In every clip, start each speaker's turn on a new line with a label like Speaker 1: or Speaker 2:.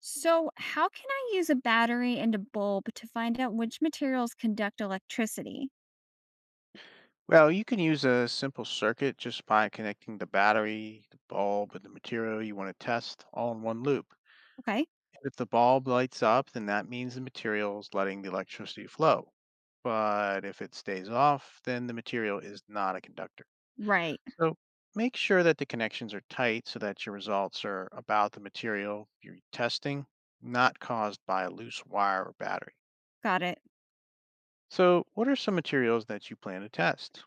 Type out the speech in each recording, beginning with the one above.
Speaker 1: So, how can I use a battery and a bulb to find out which materials conduct electricity?
Speaker 2: Well, you can use a simple circuit just by connecting the battery, the bulb, and the material you want to test all in one loop.
Speaker 1: Okay.
Speaker 2: And if the bulb lights up, then that means the material is letting the electricity flow. But if it stays off, then the material is not a conductor.
Speaker 1: Right,
Speaker 2: So make sure that the connections are tight so that your results are about the material you're testing, not caused by a loose wire or battery.
Speaker 1: got it.
Speaker 2: So, what are some materials that you plan to test?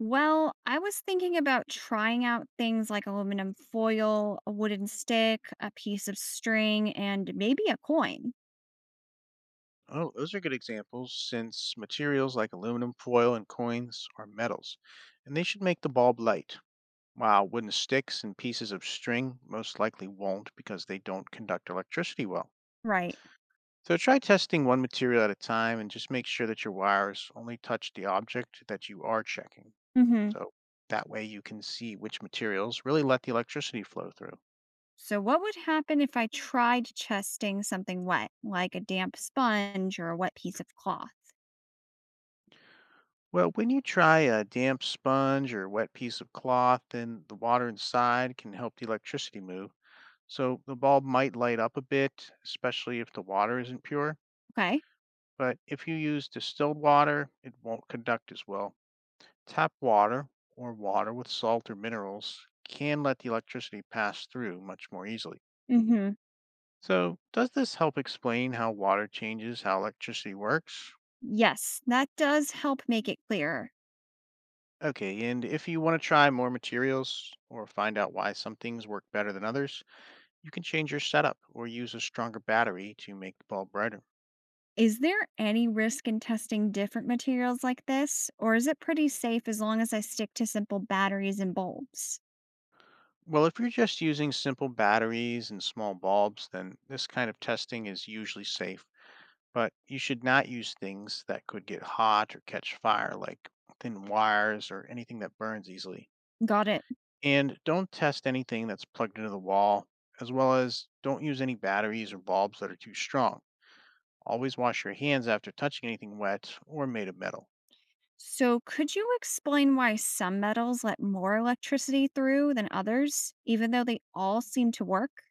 Speaker 1: Well, I was thinking about trying out things like aluminum foil, a wooden stick, a piece of string, and maybe a coin.
Speaker 2: Oh, those are good examples since materials like aluminum foil and coins are metals, and they should make the bulb light, while wooden sticks and pieces of string most likely won't because they don't conduct electricity well.
Speaker 1: Right.
Speaker 2: So try testing one material at a time and just make sure that your wires only touch the object that you are checking.
Speaker 1: Mhm.
Speaker 2: So that way you can see which materials really let the electricity flow through.
Speaker 1: So, what would happen if I tried testing something wet, like a damp sponge or a wet piece of cloth?
Speaker 2: Well, when you try a damp sponge or wet piece of cloth, then the water inside can help the electricity move. So the bulb might light up a bit, especially if the water isn't pure.
Speaker 1: Okay.
Speaker 2: But if you use distilled water, it won't conduct as well. Tap water or water with salt or minerals can let the electricity pass through much more easily.
Speaker 1: Mhm.
Speaker 2: So, does this help explain how water changes how electricity works?
Speaker 1: Yes, that does help make it clearer.
Speaker 2: Okay, and if you want to try more materials or find out why some things work better than others, you can change your setup or use a stronger battery to make the bulb brighter.
Speaker 1: Is there any risk in testing different materials like this, or is it pretty safe as long as I stick to simple batteries and bulbs?
Speaker 2: Well, if you're just using simple batteries and small bulbs, then this kind of testing is usually safe. But you should not use things that could get hot or catch fire, like thin wires or anything that burns easily.
Speaker 1: Got it.
Speaker 2: And don't test anything that's plugged into the wall, as well as don't use any batteries or bulbs that are too strong. Always wash your hands after touching anything wet or made of metal.
Speaker 1: So, could you explain why some metals let more electricity through than others, even though they all seem to work?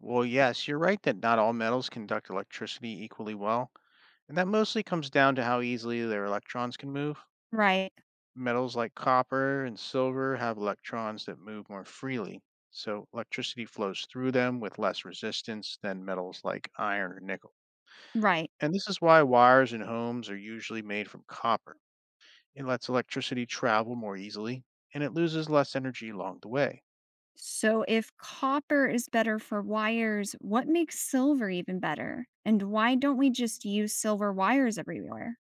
Speaker 2: Well, yes, you're right that not all metals conduct electricity equally well, and that mostly comes down to how easily their electrons can move.
Speaker 1: Right,
Speaker 2: Metals like copper and silver have electrons that move more freely, so electricity flows through them with less resistance than metals like iron or nickel.
Speaker 1: right.
Speaker 2: And this is why wires in homes are usually made from copper. It lets electricity travel more easily, and it loses less energy along the way.
Speaker 1: So, if copper is better for wires, what makes silver even better? And why don't we just use silver wires everywhere?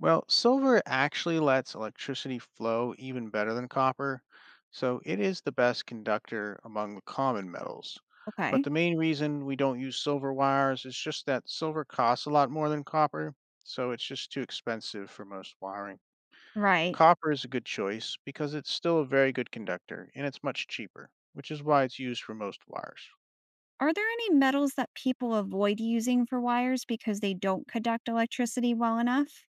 Speaker 2: Well, silver actually lets electricity flow even better than copper, so it is the best conductor among the common metals.
Speaker 1: Okay,
Speaker 2: But the main reason we don't use silver wires is just that silver costs a lot more than copper, so it's just too expensive for most wiring.
Speaker 1: right.
Speaker 2: Copper is a good choice because it's still a very good conductor and it's much cheaper, which is why it's used for most wires.
Speaker 1: Are there any metals that people avoid using for wires because they don't conduct electricity well enough?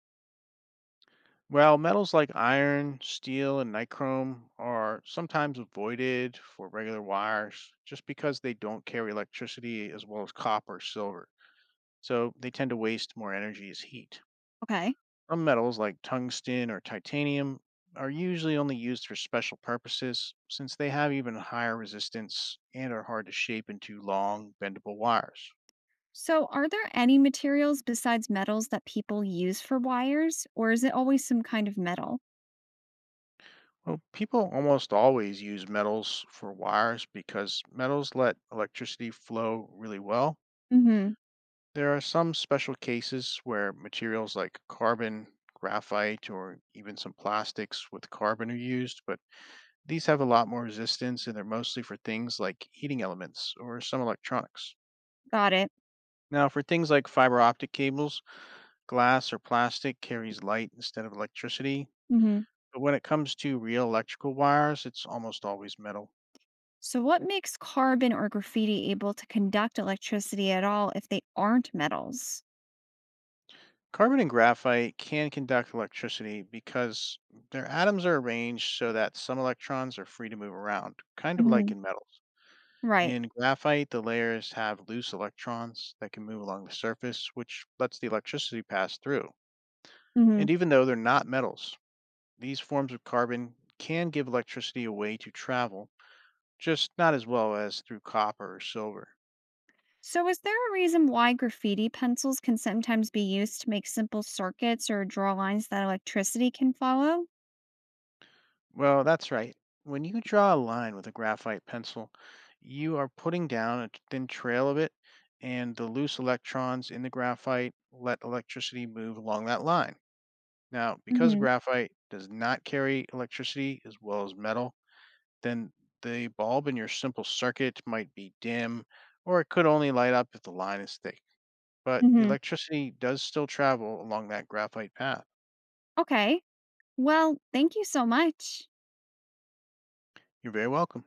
Speaker 2: Well, metals like iron, steel, and nichrome are sometimes avoided for regular wires just because they don't carry electricity as well as copper or silver. So they tend to waste more energy as heat.
Speaker 1: Okay.
Speaker 2: Some metals like tungsten or titanium are usually only used for special purposes since they have even higher resistance and are hard to shape into long, bendable wires.
Speaker 1: So, are there any materials besides metals that people use for wires, or is it always some kind of metal?
Speaker 2: Well, people almost always use metals for wires because metals let electricity flow really well.
Speaker 1: Mm-hmm.
Speaker 2: There are some special cases where materials like carbon, graphite, or even some plastics with carbon are used, but these have a lot more resistance and they're mostly for things like heating elements or some electronics.
Speaker 1: Got it.
Speaker 2: Now, for things like fiber optic cables, glass or plastic carries light instead of electricity.
Speaker 1: Mm-hmm.
Speaker 2: But when it comes to real electrical wires, it's almost always metal.
Speaker 1: So, what makes carbon or graffiti able to conduct electricity at all if they aren't metals?
Speaker 2: Carbon and graphite can conduct electricity because their atoms are arranged so that some electrons are free to move around, kind of
Speaker 1: Mm-hmm.
Speaker 2: like in metals.
Speaker 1: Right.
Speaker 2: In graphite, the layers have loose electrons that can move along the surface, which lets the electricity pass through.
Speaker 1: Mm-hmm.
Speaker 2: And even though they're not metals, these forms of carbon can give electricity a way to travel, just not as well as through copper or silver.
Speaker 1: So, is there a reason why graffiti pencils can sometimes be used to make simple circuits or draw lines that electricity can follow?
Speaker 2: Well, that's right. When you draw a line with a graphite pencil, you are putting down a thin trail of it, and the loose electrons in the graphite let electricity move along that line. Now, because
Speaker 1: Mhm,
Speaker 2: graphite does not carry electricity as well as metal, then the bulb in your simple circuit might be dim, or it could only light up if the line is thick. But the
Speaker 1: mhm.
Speaker 2: electricity does still travel along that graphite path.
Speaker 1: Okay. Well, thank you so much.
Speaker 2: You're very welcome.